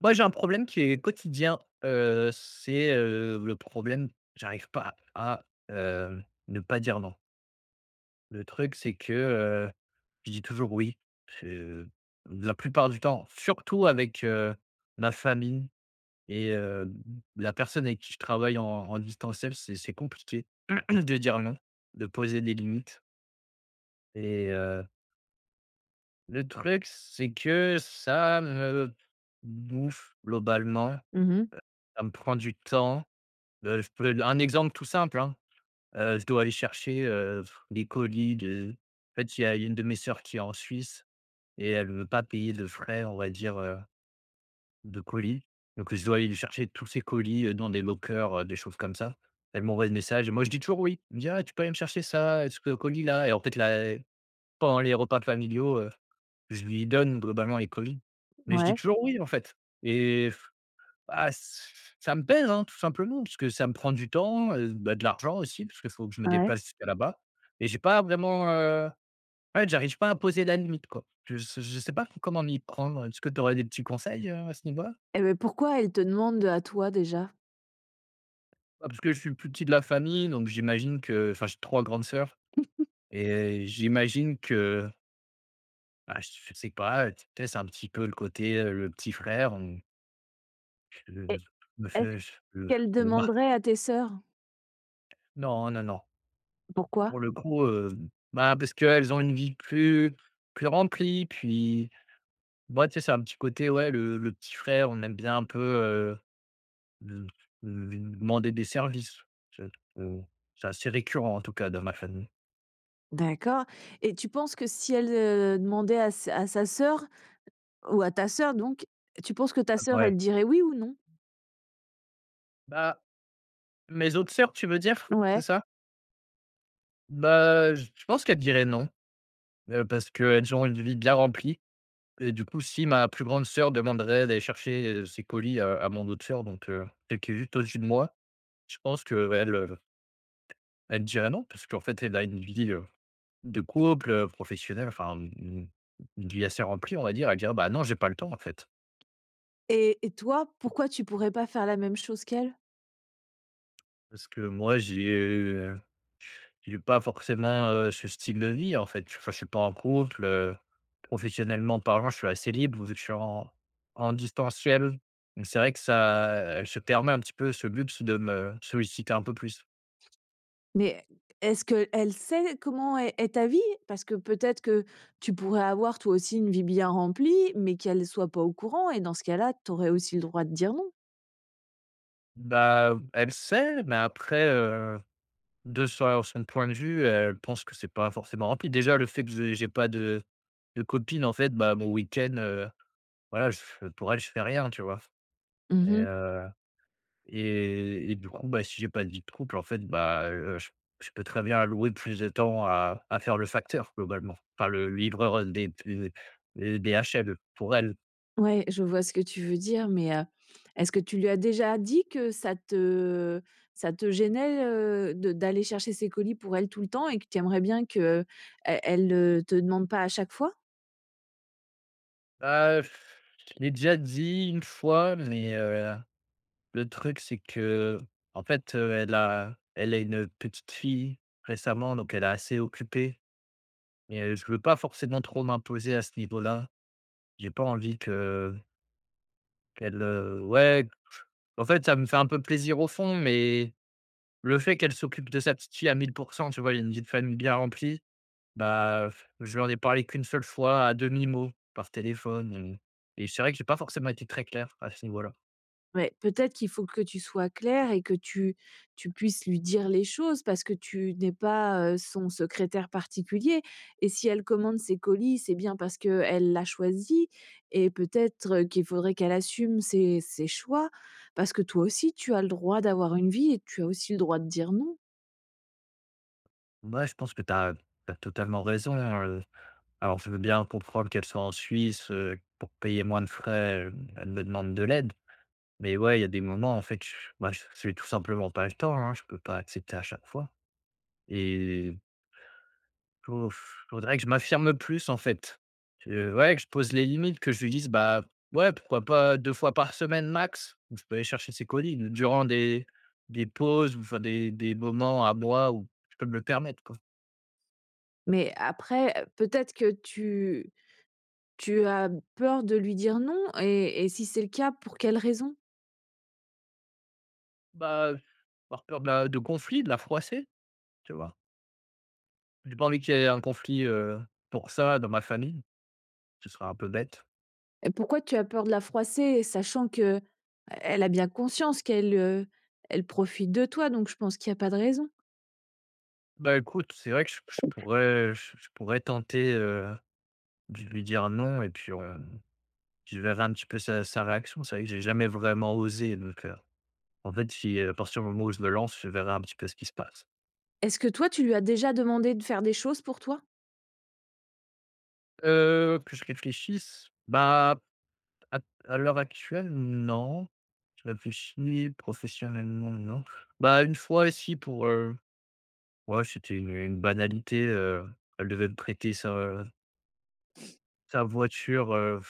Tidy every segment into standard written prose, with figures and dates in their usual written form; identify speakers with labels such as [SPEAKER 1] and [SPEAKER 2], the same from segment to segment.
[SPEAKER 1] Moi, j'ai un problème qui est quotidien, c'est, le problème j'arrive pas à, ne pas dire non. Le truc, c'est que, je dis toujours oui. Je la plupart du temps, surtout avec, ma famille et la personne avec qui je travaille en distanciel, c'est compliqué de dire non, de poser des limites et le truc, c'est que ça me bouffe globalement,
[SPEAKER 2] Mmh mh.
[SPEAKER 1] ça me prend du temps. Je peux un exemple tout simple, hein. Je dois aller chercher, des colis de en fait, il y a une de mes sœurs qui est en Suisse et elle ne veut pas payer de frais, on va dire, de colis. Donc je dois aller lui chercher tous ces colis, dans des lockers, des choses comme ça. Elle m'envoie des messages et moi je dis toujours oui. Elle me dit: «Ah, tu peux aller me chercher ça, ce colis-là» et en fait là, pendant les repas familiaux, je lui donne globalement les colis. Mais je dis
[SPEAKER 2] Ouais,
[SPEAKER 1] toujours oui, en fait. Et bah, s ça me pèse, hein, tout simplement, parce que ça me prend du temps, bah, de l'argent aussi, parce qu'il faut que je me
[SPEAKER 2] ouais
[SPEAKER 1] déplace jusqu'à là-bas et j'ai pas vraiment, ouais, j'arrive pas à poser la limite, quoi. Je sais, pas comment m'y prendre. Est-ce que tu aurais des petits conseils, à ce niveau-là?
[SPEAKER 2] pourquoi elle te demande à toi déjà?
[SPEAKER 1] Bah, parce que je suis le plus petit de la famille, donc j'imagine que enfin, j'ai 3 grandes sœurs et j'imagine que, bah, je sais pas, tu sais, c'est un petit peu le côté, le petit frère, on je je
[SPEAKER 2] Et
[SPEAKER 1] me
[SPEAKER 2] est-ce
[SPEAKER 1] fais je
[SPEAKER 2] qu'elle
[SPEAKER 1] le mart
[SPEAKER 2] demanderait à tes sœurs?
[SPEAKER 1] non, non, non.
[SPEAKER 2] Pourquoi?
[SPEAKER 1] Pour le coup, bah, parce qu'elles ont une vie plus plus remplie, puis moi, tu sais, c'est un petit côté, ouais, le petit frère, on aime bien un peu, le le lui demander des services. C'est on c'est assez récurrent en tout cas dans ma famille.
[SPEAKER 2] D'accord, et tu penses que si elle, demandait à s à sa sœur ou à ta sœur donc, tu penses que ta
[SPEAKER 1] Ah
[SPEAKER 2] sœur,
[SPEAKER 1] ouais.
[SPEAKER 2] elle dirait oui ou non?
[SPEAKER 1] Bah, mes autres sœurs, tu veux dire? C'est
[SPEAKER 2] Ouais.
[SPEAKER 1] ça? Bah, j je pense qu'elle dirait «non», parce qu'elles ont une vie bien remplie et du coup, si ma plus grande sœur demanderait d'aller chercher, ses colis à mon autre sœur, donc celle qui est juste au-dessus de moi, je pense qu'elle, heu elle dirait non, parce qu'en fait, elle a une vie, de couple, professionnelle, enfin, une vie assez remplie, on va dire. Elle dirait: «Bah non, j'ai pas le temps, en fait».
[SPEAKER 2] Et toi, pourquoi tu pourrais pas faire la même chose qu'elle?
[SPEAKER 1] Parce que moi, j'ai pas forcément, ce style de vie, en fait. Enfin, je suis pas en couple, professionnellement parlant, je suis assez libre, vu que je suis en distanciel. Donc c'est vrai que ça, elle se permet un petit peu ce luxe de me solliciter un peu plus.
[SPEAKER 2] Mais est-ce qu'elle sait comment est ta vie? Parce que peut-être que tu pourrais avoir toi aussi une vie bien remplie, mais qu'elle soit pas au courant, et dans ce cas-là, tu aurais aussi le droit de dire non.
[SPEAKER 1] Bah, elle sait, mais après, de sur son point de vue, elle pense que c'est pas forcément rempli. Déjà, le fait que j'ai pas de copine, en fait, bah, mon week-end, voilà, je pour elle, je fais rien, tu vois?
[SPEAKER 2] Mmh
[SPEAKER 1] Et
[SPEAKER 2] mh.
[SPEAKER 1] heu et du coup, bah, si j'ai pas de vie de couple, en fait, bah, je peux très bien allouer plus de temps à faire le facteur, globalement. Enfin, le livreur, des HL, pour elle.
[SPEAKER 2] Ouais, je vois ce que tu veux dire, mais est-ce que tu lui as déjà dit que ça te gênait, de d'aller chercher ses colis pour elle tout le temps, et que tu aimerais bien qu'elle elle, te demande pas à chaque fois?
[SPEAKER 1] Bah, je l'ai déjà dit une fois, mais le truc, c'est que en fait, elle a une petite fille récemment, donc elle est assez occupée. Mais je veux pas forcément trop m'imposer à ce niveau-là. J'ai pas envie que qu'elle, ouais, en fait, ça me fait un peu plaisir au fond, mais le fait qu'elle s'occupe de sa petite fille à mille pour cent, tu vois? Il y a une vie de famille bien remplie. Bah, je lui en ai parlé qu'une seule fois à demi-mot par téléphone, et c'est vrai que j'ai pas forcément été très clair à ce niveau-là.
[SPEAKER 2] Ouais, peut-être qu'il faut que tu sois clair et que tu puisses lui dire les choses, parce que tu n'es pas, son secrétaire particulier, et si elle commande ses colis, c'est bien parce qu'elle l'a choisi, et peut-être qu'il faudrait qu'elle assume ses choix, parce que toi aussi tu as le droit d'avoir une vie et tu as aussi le droit de dire non.
[SPEAKER 1] Moi, je pense que tu as totalement raison, hein. Alors, je veux bien comprendre qu'elle soit en Suisse, pour payer moins de frais, elle me demande de l'aide. Mais ouais, il y a des moments, en fait, je bah, je j'ai tout simplement pas le temps, hein. Je peux pas accepter à chaque fois et ouf, faudrait que je m'affirme plus, en fait. Que ouais, que je pose les limites, que je lui dise: «Bah, ouais, pourquoi pas 2 fois par semaine max, où je peux aller chercher ces colis», durant des pauses ou enfin des moments à moi où je peux me le permettre, quoi.
[SPEAKER 2] Mais après, peut-être que tu as peur de lui dire non, et si c'est le cas, pour quelle raison?
[SPEAKER 1] Bah, par peur de la de conflit, de la froisser, tu vois? J'ai pas envie qu'il y ait un conflit, pour ça dans ma famille, ce serait un peu bête.
[SPEAKER 2] Et pourquoi tu as peur de la froisser? Sachant que elle a bien conscience qu'elle, elle profite de toi, donc je pense qu'il y a pas de raison.
[SPEAKER 1] Bah, écoute, c'est vrai que je pourrais tenter, de lui dire non et puis, je verrai un petit peu sa réaction. C'est vrai que j'ai jamais vraiment osé donc, en fait, si, à partir du moment où je le lance, je verrai un petit peu ce qui se passe.
[SPEAKER 2] Est-ce que toi, tu lui as déjà demandé de faire des choses pour toi?
[SPEAKER 1] Que je réfléchisse, bah, à à l'heure actuelle, non. Je réfléchis, professionnellement, non. Bah, une fois, si pour, ouais, c'était une banalité, elle devait me prêter sa voiture,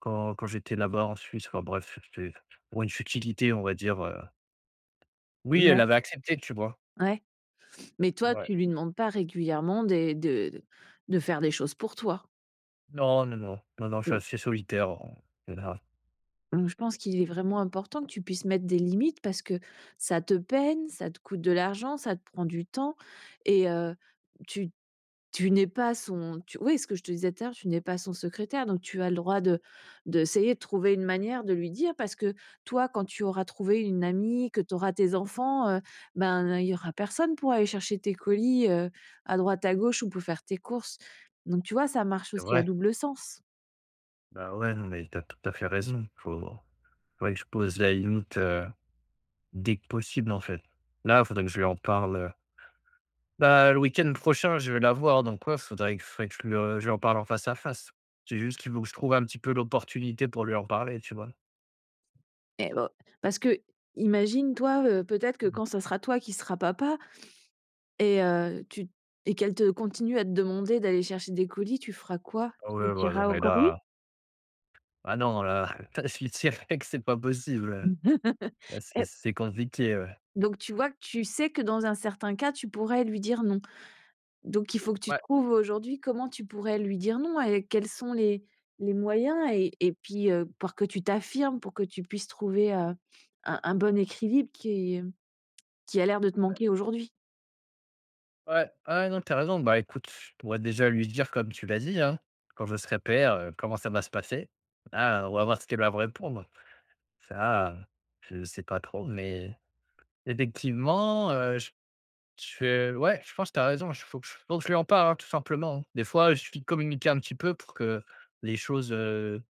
[SPEAKER 1] quand j'étais là-bas en Suisse, enfin bref, c'était pour une futilité, on va dire. Oui, elle
[SPEAKER 2] Ouais.
[SPEAKER 1] avait accepté, tu vois?
[SPEAKER 2] Ouais, mais toi,
[SPEAKER 1] Ouais.
[SPEAKER 2] tu lui demandes pas régulièrement des de faire des choses pour toi?
[SPEAKER 1] Non, non, non, non, non, je suis
[SPEAKER 2] Non.
[SPEAKER 1] assez solitaire en général.
[SPEAKER 2] Donc je pense qu'il est vraiment important que tu puisses mettre des limites, parce que ça te peine, ça te coûte de l'argent, ça te prend du temps, et heu, tu Tu n'es pas son tu oui, ce que je te disais tout à l'heure, tu n'es pas son secrétaire, donc tu as le droit de d'essayer de trouver une manière de lui dire, parce que toi, quand tu auras trouvé une amie, que tu auras tes enfants, ben, il y aura personne pour aller chercher tes colis, à droite à gauche, ou pour faire tes courses. Donc tu vois, ça marche
[SPEAKER 1] C'est
[SPEAKER 2] aussi à
[SPEAKER 1] vrai.
[SPEAKER 2] double sens.
[SPEAKER 1] Bah, ouais, non, mais t'as tout à fait raison. Faut Faudrait que je pose la limite, dès que possible, en fait. Là, faudrait que je lui en parle, heu. Bah, le week-end prochain, je vais la voir, donc ouais, faudrait que je lui en parle en face à face. C'est juste qu'il faut que je trouve un petit peu l'opportunité pour lui en parler, tu vois?
[SPEAKER 2] Et parce que imagine toi, peut-être que
[SPEAKER 1] Mmh.
[SPEAKER 2] quand ça sera toi qui seras papa et heu, tu et qu'elle te continue à te demander d'aller chercher des colis, tu feras quoi?
[SPEAKER 1] Ah
[SPEAKER 2] Tu
[SPEAKER 1] ouais, ouais, non,
[SPEAKER 2] diras
[SPEAKER 1] mais
[SPEAKER 2] encore oui?
[SPEAKER 1] là ah non, là, là, je lui dirais que c'est pas possible, là, c'est
[SPEAKER 2] Et
[SPEAKER 1] c'est compliqué, ouais.
[SPEAKER 2] donc tu vois que tu sais que dans un certain cas, tu pourrais lui dire non. Donc il faut que tu
[SPEAKER 1] Ouais,
[SPEAKER 2] trouves aujourd'hui comment tu pourrais lui dire non, et quels sont les moyens, et puis pour que tu t'affirmes, pour que tu puisses trouver un bon équilibre qui a l'air de te manquer aujourd'hui.
[SPEAKER 1] ouais, ouais, non, t'as raison. Bah, écoute, je pourrais déjà lui dire comme tu l'as dit, hein, quand je serai père, comment ça va se passer. Là, on va voir ce qu'elle va me répondre. Ça, je sais pas trop, mais effectivement, je ouais, je pense que tu as raison, il faut que je lui en parle, hein, tout simplement, hein. Des fois, il suffit de communiquer un petit peu pour que les choses,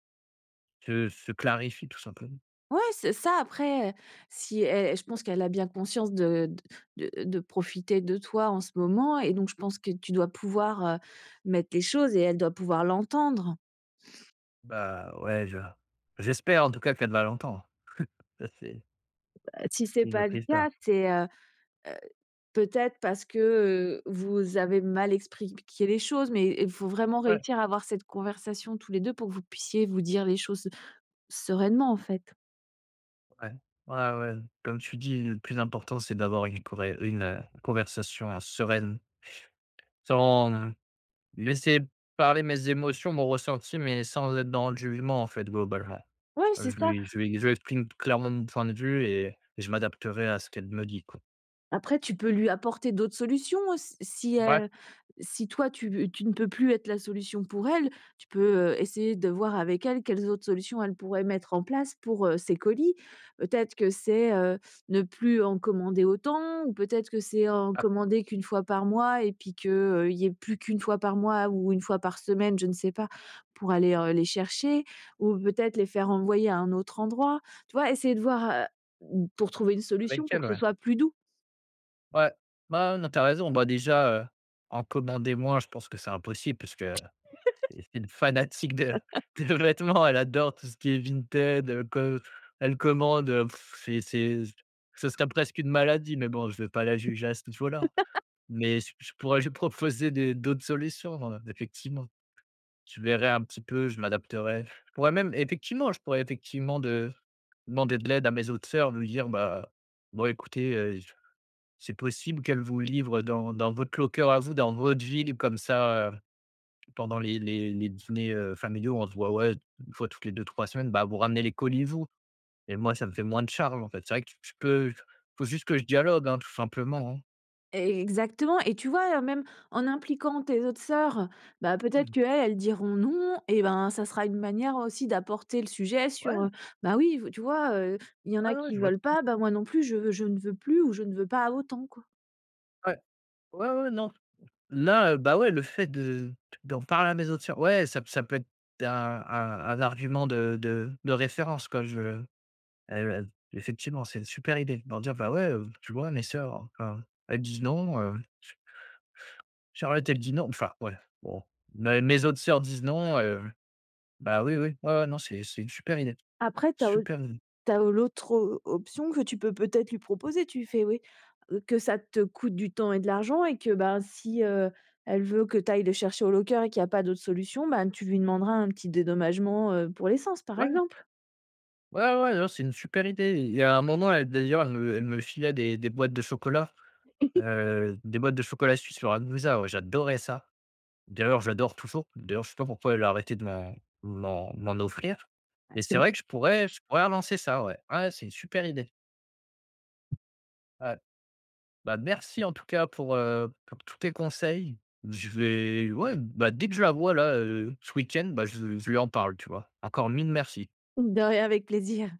[SPEAKER 1] se clarifient, tout simplement.
[SPEAKER 2] Ouais, c'est ça. Après, si elle- je pense qu'elle a bien conscience de profiter de toi en ce moment, et donc je pense que tu dois pouvoir mettre les choses, et elle doit pouvoir l'entendre.
[SPEAKER 1] Bah, ouais, je j'espère en tout cas qu'elle va l'entendre. Ça,
[SPEAKER 2] Si c'est
[SPEAKER 1] c'est le
[SPEAKER 2] pas le
[SPEAKER 1] principal.
[SPEAKER 2] cas, c'est, heu, peut-être parce que, vous avez mal expliqué les choses, mais il faut vraiment
[SPEAKER 1] Ouais,
[SPEAKER 2] réussir à avoir cette conversation tous les deux, pour que vous puissiez vous dire les choses sereinement, en fait.
[SPEAKER 1] ouais. Ouais, ouais, comme tu dis, le plus important, c'est d'avoir une corré une, conversation sereine, sans, laisser parler mes émotions, mon ressenti, mais sans être dans le jugement, en fait, global.
[SPEAKER 2] Oui, c'est
[SPEAKER 1] Je
[SPEAKER 2] ça.
[SPEAKER 1] lui je lui je lui exprime clairement mon point de vue et je m'adapterai à ce qu'elle me dit, quoi.
[SPEAKER 2] Après, tu peux lui apporter d'autres solutions, s si,
[SPEAKER 1] Ouais,
[SPEAKER 2] si toi tu ne peux plus être la solution pour elle, tu peux, essayer de voir avec elle quelles autres solutions elle pourrait mettre en place pour, ses colis. Peut-être que c'est, ne plus en commander autant, ou peut-être que c'est en
[SPEAKER 1] a
[SPEAKER 2] commander qu'une fois par mois, et puis que, il y ait plus qu'une fois par mois ou une fois par semaine, je ne sais pas, pour aller, les chercher, ou peut-être les faire envoyer à un autre endroit. Tu vois? Essayer de voir, pour trouver une
[SPEAKER 1] avec
[SPEAKER 2] solution pour
[SPEAKER 1] elle,
[SPEAKER 2] que ce
[SPEAKER 1] ouais.
[SPEAKER 2] soit plus doux.
[SPEAKER 1] Ouais. Bah, non, tu raison. Bah, déjà, en commander moins, je pense que c'est impossible parce que c'est une fanatique de de vêtements. Elle adore tout ce qui est vintage. Co Elle commande, c'est ce serait presque une maladie, mais bon, je ne vais pas la juger à ce niveau-là. Mais je pourrais lui proposer des d'autres solutions, effectivement. Je verrais un petit peu, je m'adapterais. Je pourrais effectivement de demander de l'aide à mes autres sœurs, de dire: «Bah, bon écoutez, c'est possible qu'elles vous livrent dans votre locker à vous, dans votre ville, comme ça, pendant les dîners, familiaux, on se voit, ouais, une fois toutes les deux trois semaines, bah, vous ramenez les colis vous» et moi, ça me fait moins de charge, en fait. C'est vrai que je peux faut juste que je dialogue, hein, tout simplement, hein.
[SPEAKER 2] E Exactement, et tu vois, même en impliquant tes autres sœurs, bah, peut-être
[SPEAKER 1] Mmh.
[SPEAKER 2] qu'elles, elles diront « non », et ben, ça sera une manière aussi d'apporter le sujet
[SPEAKER 1] Ouais,
[SPEAKER 2] sur, bah, oui, v tu vois, il y en
[SPEAKER 1] ouais,
[SPEAKER 2] a
[SPEAKER 1] ouais,
[SPEAKER 2] qui
[SPEAKER 1] je vois tout
[SPEAKER 2] veulent pas, bah, moi non plus je ne veux plus, ou je ne veux pas autant, quoi.
[SPEAKER 1] ouais. Ouais, ouais, non là, bah, ouais, le fait de d'en parler à mes autres sœurs, ouais, ça peut être un un argument de référence, quoi. Je, effectivement, c'est une super idée de leur dire: «Bah, ouais, tu vois, mes sœurs, enfin, elles disent non, Charlotte, elle dit non». Enfin, ouais, bon, mes autres sœurs disent non, bah, oui, oui, ouais, ouais, non, c'est une super idée,
[SPEAKER 2] Après tu
[SPEAKER 1] super
[SPEAKER 2] as
[SPEAKER 1] idée.
[SPEAKER 2] l'autre o option que tu peux peut-être lui proposer, tu fais oui, que ça te coûte du temps et de l'argent, et que, ben, si, elle veut que tu ailles le chercher au locker et qu'il y a pas d'autre solution, ben, tu lui demanderas un petit dédommagement, pour l'essence, par
[SPEAKER 1] Ouais,
[SPEAKER 2] exemple.
[SPEAKER 1] ouais, ouais, non, c'est une super idée. Il y a un moment, elle d'ailleurs, elle me filait des boîtes de chocolat, des boîtes de chocolat suisse Lambrusat, ouais, j'adorais ça. D'ailleurs, j'adore toujours. D'ailleurs, je sais pas pourquoi elle a arrêté de m'en offrir
[SPEAKER 2] Ah,
[SPEAKER 1] et
[SPEAKER 2] tu
[SPEAKER 1] c'est vrai que je pourrais relancer ça, ouais. Ouais, c'est une super idée. Ouais. Bah, merci en tout cas pour tous tes conseils. Je vais ouais, bah, dès que je la vois là, ce week-end, bah, je lui en parle, tu vois? Encore mille merci.
[SPEAKER 2] De rien, avec plaisir.